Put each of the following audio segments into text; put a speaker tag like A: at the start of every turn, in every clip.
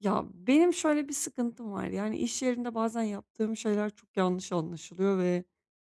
A: Ya, benim şöyle bir sıkıntım var. Yani, iş yerinde bazen yaptığım şeyler çok yanlış anlaşılıyor ve,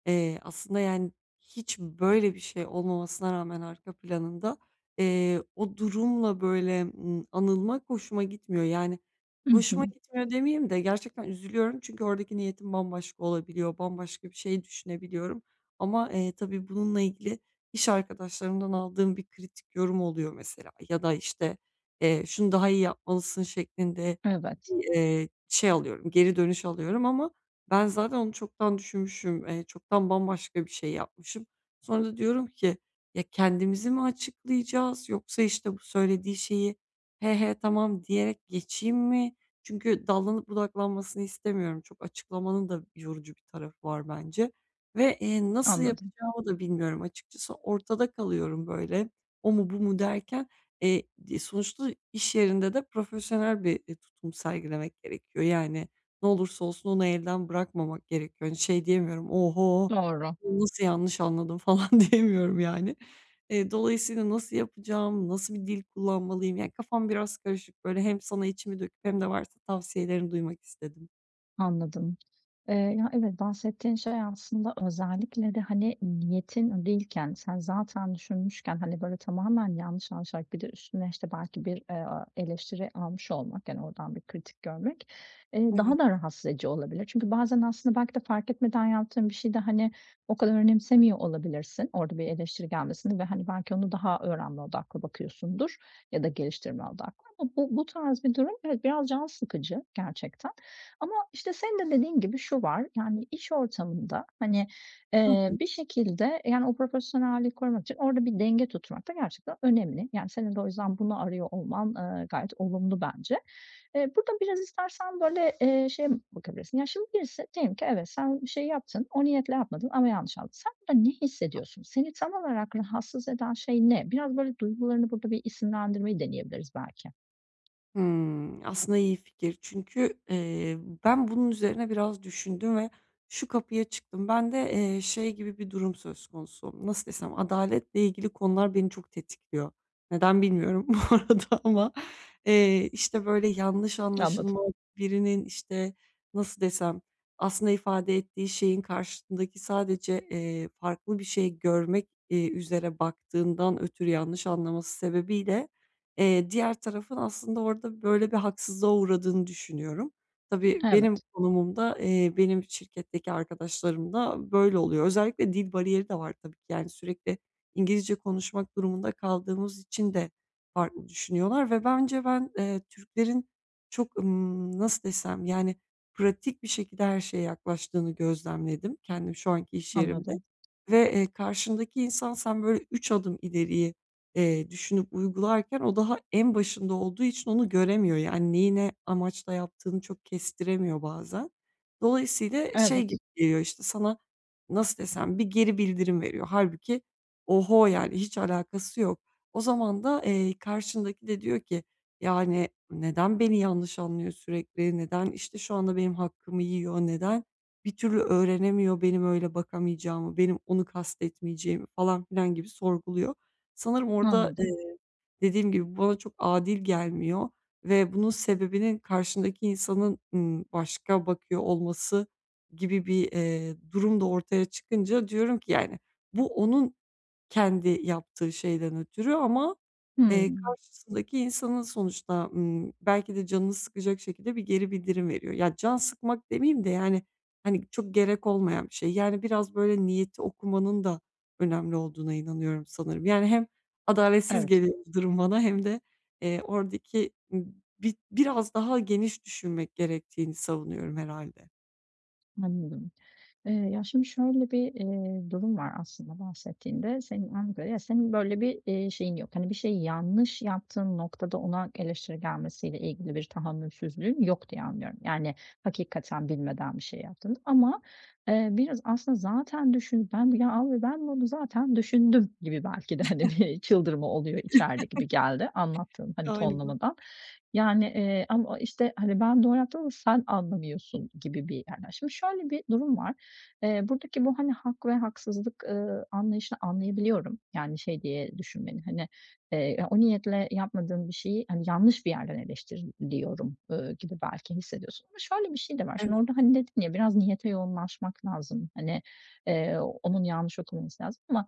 A: aslında, yani, hiç böyle bir şey olmamasına rağmen arka planında, o durumla, böyle, anılmak hoşuma gitmiyor. Yani,
B: Hı hı.
A: hoşuma gitmiyor demeyeyim de gerçekten üzülüyorum çünkü oradaki niyetim bambaşka olabiliyor, bambaşka bir şey düşünebiliyorum ama, tabii bununla ilgili iş arkadaşlarımdan aldığım bir kritik yorum oluyor mesela ya da, işte, şunu daha iyi yapmalısın şeklinde
B: Evet,
A: bir şey alıyorum, geri dönüş alıyorum ama ben zaten onu çoktan düşünmüşüm, çoktan bambaşka bir şey yapmışım. Sonra da diyorum ki, "Ya, kendimizi mi açıklayacağız yoksa, işte, bu söylediği şeyi, 'He he, tamam.' diyerek geçeyim mi?" Çünkü dallanıp budaklanmasını istemiyorum. Çok açıklamanın da yorucu bir tarafı var bence ve, nasıl
B: anladım.
A: yapacağımı da bilmiyorum açıkçası. Ortada kalıyorum böyle, o mu bu mu derken. Eee, sonuçta iş yerinde de profesyonel bir tutum sergilemek gerekiyor. Yani ne olursa olsun onu elden bırakmamak gerekiyor. Hani şey diyemiyorum, "Oho,
B: Doğru.
A: bunu nasıl yanlış anladım?" falan diyemiyorum yani. Dolayısıyla nasıl yapacağım, nasıl bir dil kullanmalıyım? Yani kafam biraz karışık böyle, hem sana içimi döküp hem de varsa tavsiyelerini duymak istedim.
B: Anladım. Ya, evet, bahsettiğin şey aslında özellikle de, hani, niyetin değilken, sen zaten düşünmüşken, hani, böyle tamamen yanlış anlaşılarak bir de üstüne, işte, belki bir, eleştiri almış olmak, yani, oradan bir kritik görmek,
A: Evet.
B: daha da rahatsız edici olabilir. Çünkü bazen aslında belki de fark etmeden yaptığın bir şeyi de, hani, o kadar önemsemiyor olabilirsin orada bir eleştiri gelmesini ve, hani, belki onu daha öğrenme odaklı bakıyorsundur ya da geliştirme odaklı ama bu tarz bir durum, evet, biraz can sıkıcı gerçekten. Ama, işte, senin de dediğin gibi şu var, yani, iş ortamında, hani,
A: Hı hı.
B: bir şekilde, yani, o profesyonelliği korumak için orada bir denge tutturmak da gerçekten önemli. Yani, senin de o yüzden bunu arıyor olman, gayet olumlu bence. Burada biraz istersen, böyle, şeye bakabilirsin. Ya, şimdi birisi diyelim ki evet, sen bir şey yaptın, o niyetle yapmadın ama yanlış aldın. Sen burada ne hissediyorsun? Seni tam olarak rahatsız eden şey ne? Biraz, böyle, duygularını burada bir isimlendirmeyi deneyebiliriz belki.
A: Hımm, aslında iyi fikir. Çünkü, ben bunun üzerine biraz düşündüm ve şu kapıya çıktım. Bende, şey gibi bir durum söz konusu. Nasıl desem, adaletle ilgili konular beni çok tetikliyor. Neden bilmiyorum bu arada ama, işte, böyle, yanlış
B: Anladım.
A: anlaşılma, birinin, işte, nasıl desem, aslında ifade ettiği şeyin karşındaki sadece, farklı bir şey görmek, üzere baktığından ötürü yanlış anlaması sebebiyle diğer tarafın aslında orada böyle bir haksızlığa uğradığını düşünüyorum. Tabii benim
B: Evet,
A: konumumda, benim şirketteki arkadaşlarım da böyle oluyor. Özellikle dil bariyeri de var, tabii ki. Yani sürekli İngilizce konuşmak durumunda kaldığımız için de farklı düşünüyorlar ve bence ben, Türklerin çok, nasıl desem, yani pratik bir şekilde her şeye yaklaştığını gözlemledim kendim şu anki iş yerimde
B: anladım.
A: ve, karşındaki insan sen böyle 3 adım ileriyi düşünüp uygularken o daha en başında olduğu için onu göremiyor. Yani neyi ne amaçla yaptığını çok kestiremiyor bazen. Dolayısıyla şey gibi
B: Evet,
A: geliyor, işte, sana nasıl desem, bir geri bildirim veriyor. Halbuki oho, yani hiç alakası yok. O zaman da, karşındaki de diyor ki, yani, "Neden beni yanlış anlıyor sürekli? Neden, işte, şu anda benim hakkımı yiyor? Neden bir türlü öğrenemiyor benim öyle bakamayacağımı, benim onu kastetmeyeceğimi?" falan filan gibi sorguluyor. Sanırım orada,
B: anladım.
A: dediğim gibi bu bana çok adil gelmiyor ve bunun sebebinin karşındaki insanın, başka bakıyor olması gibi bir durum da ortaya çıkınca diyorum ki yani bu onun kendi yaptığı şeyden ötürü ama,
B: Hmm,
A: karşısındaki insanın sonuçta, belki de canını sıkacak şekilde bir geri bildirim veriyor. Ya, can sıkmak demeyeyim de, yani, hani, çok gerek olmayan bir şey. Yani, biraz böyle niyeti okumanın da önemli olduğuna inanıyorum sanırım. Yani, hem adaletsiz
B: evet,
A: geliyor bu durum bana hem de, oradaki, biraz daha geniş düşünmek gerektiğini savunuyorum herhâlde.
B: anladım. Ya, şimdi şöyle bir, durum var aslında bahsettiğinde. Senin anladığım ya senin böyle bir, şeyin yok. Hani, bir şey yanlış yaptığın noktada ona eleştiri gelmesiyle ilgili bir tahammülsüzlüğün yok diye anlıyorum. Yani, hakikaten bilmeden bir şey yaptın ama, biraz aslında zaten düşün ben ya, abi, ben bunu zaten düşündüm gibi belki de, hani, bir çıldırma oluyor içeride gibi geldi anlattığın, hani,
A: Galiba.
B: tonlamadan. Yani, ama, işte, hani, ben doğru yaptım ama sen anlamıyorsun gibi bir yerden. Şimdi şöyle bir durum var. Buradaki bu, hani, hak ve haksızlık, anlayışını anlayabiliyorum. Yani, şey diye düşünmeni, hani, o niyetle yapmadığım bir şeyi, hani, yanlış bir yerden eleştiriliyorum, gibi belki hissediyorsun ama şöyle bir şey de var.
A: Evet.
B: Şimdi orada, hani, dedin ya, biraz niyete yoğunlaşmak lazım. Hani, onun yanlış okunması lazım ama,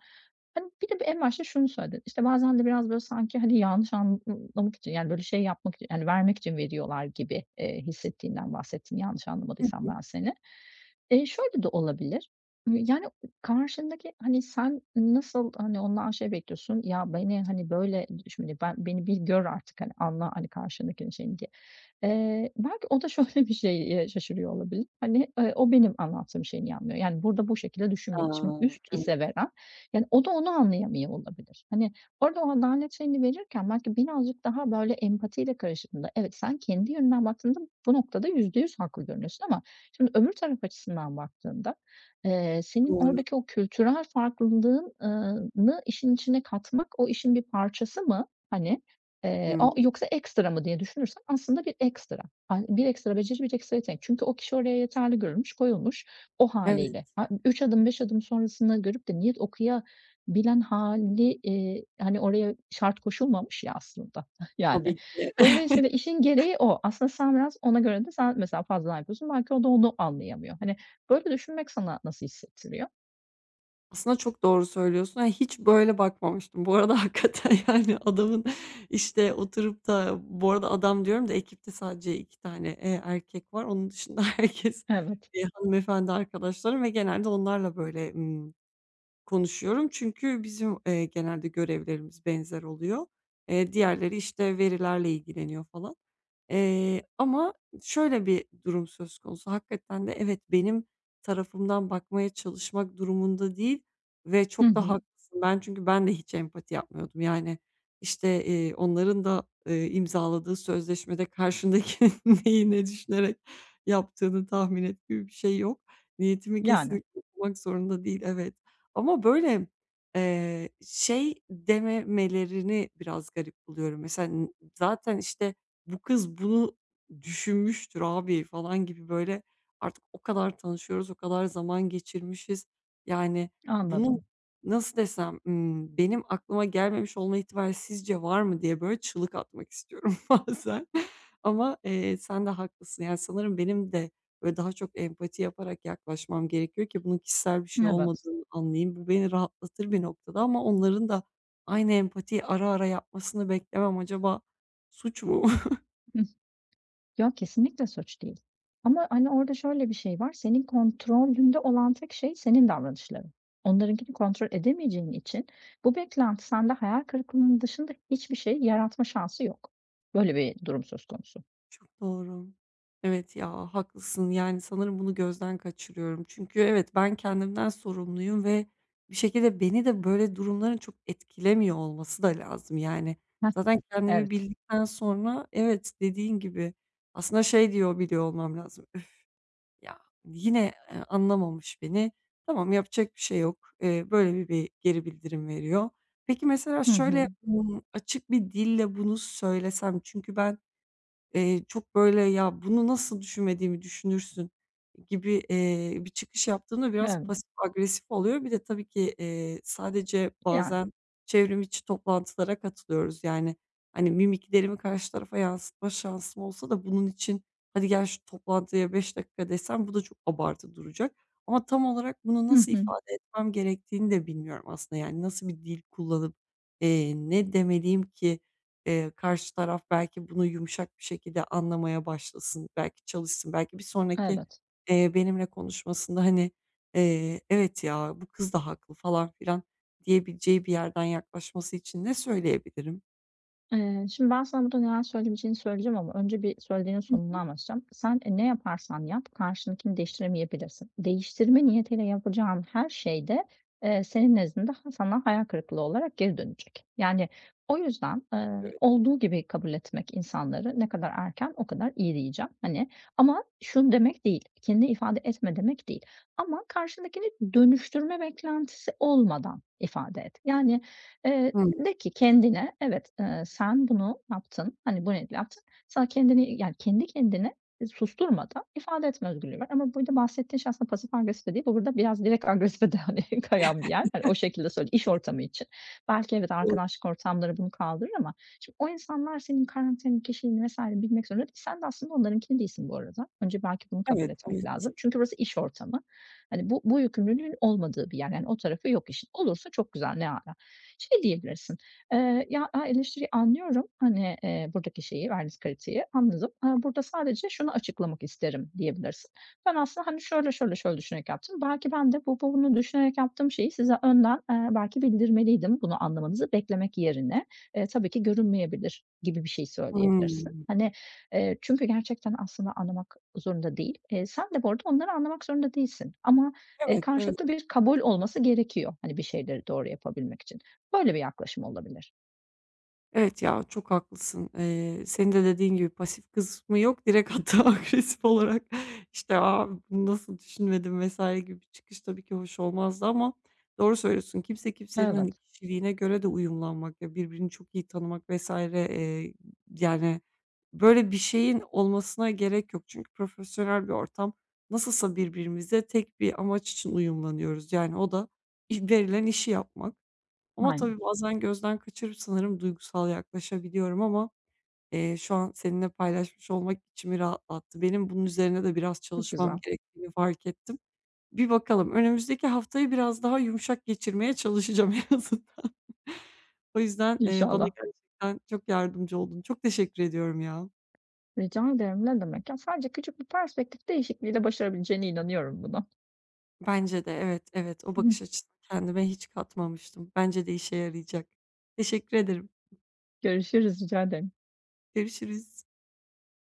B: hani, bir de en başta şunu söyledin. İşte, bazen de biraz, böyle, sanki, hani, yanlış anlamak için, yani, böyle, şey yapmak için, yani, vermek için veriyorlar gibi, hissettiğinden bahsettin yanlış
A: Hı hı.
B: anlamadıysam ben seni. Şöyle de olabilir. Yani, karşındaki, hani, sen nasıl, hani, ondan şey bekliyorsun, ya, beni, hani, böyle şimdi ben beni bir gör artık, hani, anla, hani, karşındakinin şeyini diye. Belki o da şöyle bir şeye şaşırıyor olabilir. Hani, o benim anlattığım şeyi niye anlıyor? Yani, burada bu şekilde
A: A!
B: düşünmüyor. Şimdi üst
A: Evet.
B: ise veren, yani, o da onu anlayamıyor olabilir. Hani, orada o adalet şeyini verirken belki birazcık daha böyle empatiyle karıştığında, evet, sen kendi yönünden baktığında bu noktada %100 haklı görünüyorsun ama şimdi öbür taraf açısından baktığında, senin
A: Doğru.
B: oradaki o kültürel farklılığın nı işin içine katmak o işin bir parçası mı, hani, o
A: Hımm.
B: yoksa ekstra mı diye düşünürsen aslında bir ekstra. Bir ekstra beceri, bir ekstra yetenek. Çünkü o kişi oraya yeterli görülmüş, koyulmuş o
A: Evet,
B: hâliyle. 3 adım, 5 adım sonrasını görüp de niyet okuyabilen hâli, hani, oraya şart koşulmamış ya aslında yani.
A: tabii ki.
B: Dolayısıyla işin gereği o. Aslında sen biraz ona göre de sen mesela fazladan yapıyorsun. Belki o da onu anlayamıyor. Hani, böyle düşünmek sana nasıl hissettiriyor?
A: Aslında çok doğru söylüyorsun. Yani, hiç böyle bakmamıştım. Bu arada hakikaten, yani, adamın, işte, oturup da bu arada adam diyorum da ekipte sadece iki tane erkek var. Onun dışında herkes,
B: Evet.
A: hanımefendi arkadaşlarım ve genelde onlarla böyle, konuşuyorum çünkü bizim, genelde görevlerimiz benzer oluyor. Diğerleri, işte, verilerle ilgileniyor falan. Ama şöyle bir durum söz konusu, hakikaten de evet, benim tarafımdan bakmaya çalışmak durumunda değil ve
B: Hı
A: çok da
B: hı.
A: haklısın. Ben çünkü ben de hiç empati yapmıyordum. Yani, işte, onların da, imzaladığı sözleşmede karşındaki neyi ne düşünerek yaptığını tahmin et gibi bir şey yok. Niyetimi
B: Yani,
A: kesinlikle okumak zorunda değil, evet. Ama böyle, şey dememelerini biraz garip buluyorum. Mesela zaten, işte, "Bu kız bunu düşünmüştür abi." falan gibi böyle artık o kadar tanışıyoruz, o kadar zaman geçirmişiz. Yani bunun
B: anladım.
A: nasıl desem, benim aklıma gelmemiş olma ihtimali sizce var mı diye böyle çığlık atmak istiyorum bazen. Ama, sen de haklısın. Yani sanırım benim de böyle daha çok empati yaparak yaklaşmam gerekiyor ki bunun kişisel bir şey
B: Evet.
A: olmadığını anlayayım. Bu beni rahatlatır bir noktada ama onların da aynı empatiyi ara ara yapmasını beklemem acaba suç mu?
B: Ya, kesinlikle suç değil. Ama, hani, orada şöyle bir şey var, senin kontrolünde olan tek şey senin davranışların. Onlarınkini kontrol edemeyeceğin için bu beklenti sende hayal kırıklığının dışında hiçbir şey yaratma şansı yok. Böyle bir durum söz konusu.
A: Çok doğru. Evet ya, haklısın. Yani sanırım bunu gözden kaçırıyorum. Çünkü evet, ben kendimden sorumluyum ve bir şekilde beni de böyle durumların çok etkilemiyor olması da lazım yani.
B: Heh,
A: Zaten kendimi
B: evet.
A: bildikten sonra evet, dediğin gibi aslında şey diyor biliyor olmam lazım. "Üf ya, yine, anlamamış beni. Tamam, yapacak bir şey yok." Böyle bir geri bildirim veriyor. Peki mesela
B: Hı hı.
A: şöyle, açık bir dille bunu söylesem çünkü ben çok böyle, "Ya, bunu nasıl düşünmediğimi düşünürsün?" gibi bir çıkış yaptığında biraz
B: Evet.
A: pasif agresif oluyor. Bir de tabii ki, sadece
B: Yani.
A: bazen çevrim içi toplantılara katılıyoruz. Yani, hani, mimiklerimi karşı tarafa yansıtma şansım olsa da bunun için, "Hadi gel şu toplantıya 5 dakika." desem bu da çok abartı duracak. Ama tam olarak bunu
B: Hı
A: nasıl
B: hı.
A: ifade etmem gerektiğini de bilmiyorum aslında. Yani, nasıl bir dil kullanıp, ne demeliyim ki karşı taraf belki bunu yumuşak bir şekilde anlamaya başlasın, belki çalışsın, belki bir sonraki,
B: Evet.
A: benimle konuşmasında, hani, "Evet ya, bu kız da haklı." falan filan diyebileceği bir yerden yaklaşması için ne söyleyebilirim?
B: Şimdi ben sana burada neler söyleyebileceğini söyleyeceğim ama önce bir söylediğinin sonunu anlatacağım. Sen, ne yaparsan yap karşındakini değiştiremeyebilirsin. Değiştirme niyetiyle yapacağın her şeyde senin nezdinde ha sana hayal kırıklığı olarak geri dönecek. Yani, o yüzden,
A: Evet.
B: olduğu gibi kabul etmek insanları ne kadar erken o kadar iyi diyeceğim. Hani, ama şu demek değil, kendini ifade etme demek değil ama karşındakini dönüştürme beklentisi olmadan ifade et. Yani, e,
A: Hıı.
B: de ki kendine, evet, sen bunu yaptın, hani, bu nedir yaptın. Sana kendini, yani, kendi kendine susturmadan ifade etme özgürlüğü var ama burada bahsettiğin şey aslında pasif agresif de değil. Bu burada biraz direkt agresife de, hani, kayan bir yer. Hani, o şekilde söyle iş ortamı için. Belki evet, arkadaşlık ortamları bunu kaldırır ama şimdi o insanlar senin karakterini, kişiliğini vs. bilmek zorunda değil. Sen de aslında onlarınki değilsin bu arada. Önce belki bunu kabul
A: Evet,
B: etmek
A: evet.
B: lazım. Çünkü burası iş ortamı. Hani, bu yükümlülüğün olmadığı bir yer. Yani, o tarafı yok işin. Olursa çok güzel, ne âlâ. Şey diyebilirsin, "Ya, eleştiriyi anlıyorum, hani, buradaki şeyi, verdiğiniz kritiği anladım. Burada sadece şunu açıklamak isterim." diyebilirsin. "Ben aslında, hani, şöyle, şöyle, şöyle düşünerek yaptım. Belki ben de bunu düşünerek yaptığım şeyi size önden, belki bildirmeliydim. Bunu anlamanızı beklemek yerine, tabii ki görünmeyebilir." gibi bir şey söyleyebilirsin.
A: Hımm.
B: Hani, çünkü gerçekten aslında anlamak zorunda değil. Sen de bu arada onları anlamak zorunda değilsin ama,
A: Evet, evet.
B: karşılıklı bir kabul olması gerekiyor, hani, bir şeyleri doğru yapabilmek için. Böyle bir yaklaşım olabilir.
A: Evet ya, çok haklısın. Senin de dediğin gibi pasif kısmı yok. Direkt hatta agresif olarak, işte, "A, bunu nasıl düşünmedim?" vesaire gibi bir çıkış tabii ki hoş olmazdı ama doğru söylüyorsun. Kimse kimsenin, hani,
B: Evet,
A: kişiliğine göre de uyumlanmak ya birbirini çok iyi tanımak vesaire yani, böyle bir şeyin olmasına gerek yok. Çünkü profesyonel bir ortam. Nasılsa birbirimize tek bir amaç için uyumlanıyoruz. Yani o da verilen işi yapmak. Ama
B: aynen.
A: tabii bazen gözden kaçırıp sanırım duygusal yaklaşabiliyorum ama, şu an seninle paylaşmış olmak içimi rahatlattı. Benim bunun üzerine de biraz
B: Çok
A: çalışmam
B: güzel.
A: gerektiğini fark ettim. Bir bakalım, önümüzdeki haftayı biraz daha yumuşak geçirmeye çalışacağım en azından. O yüzden, bana
B: İnşallah.
A: gerçekten çok yardımcı oldun. Çok teşekkür ediyorum ya.
B: Rica ederim, ne demek. Ya, sadece küçük bir perspektif değişikliğiyle başarabileceğine inanıyorum bunu.
A: Bence de evet, evet. O bakış açısını kendime hiç katmamıştım. Bence de işe yarayacak. Teşekkür ederim.
B: Görüşürüz, rica ederim.
A: Görüşürüz.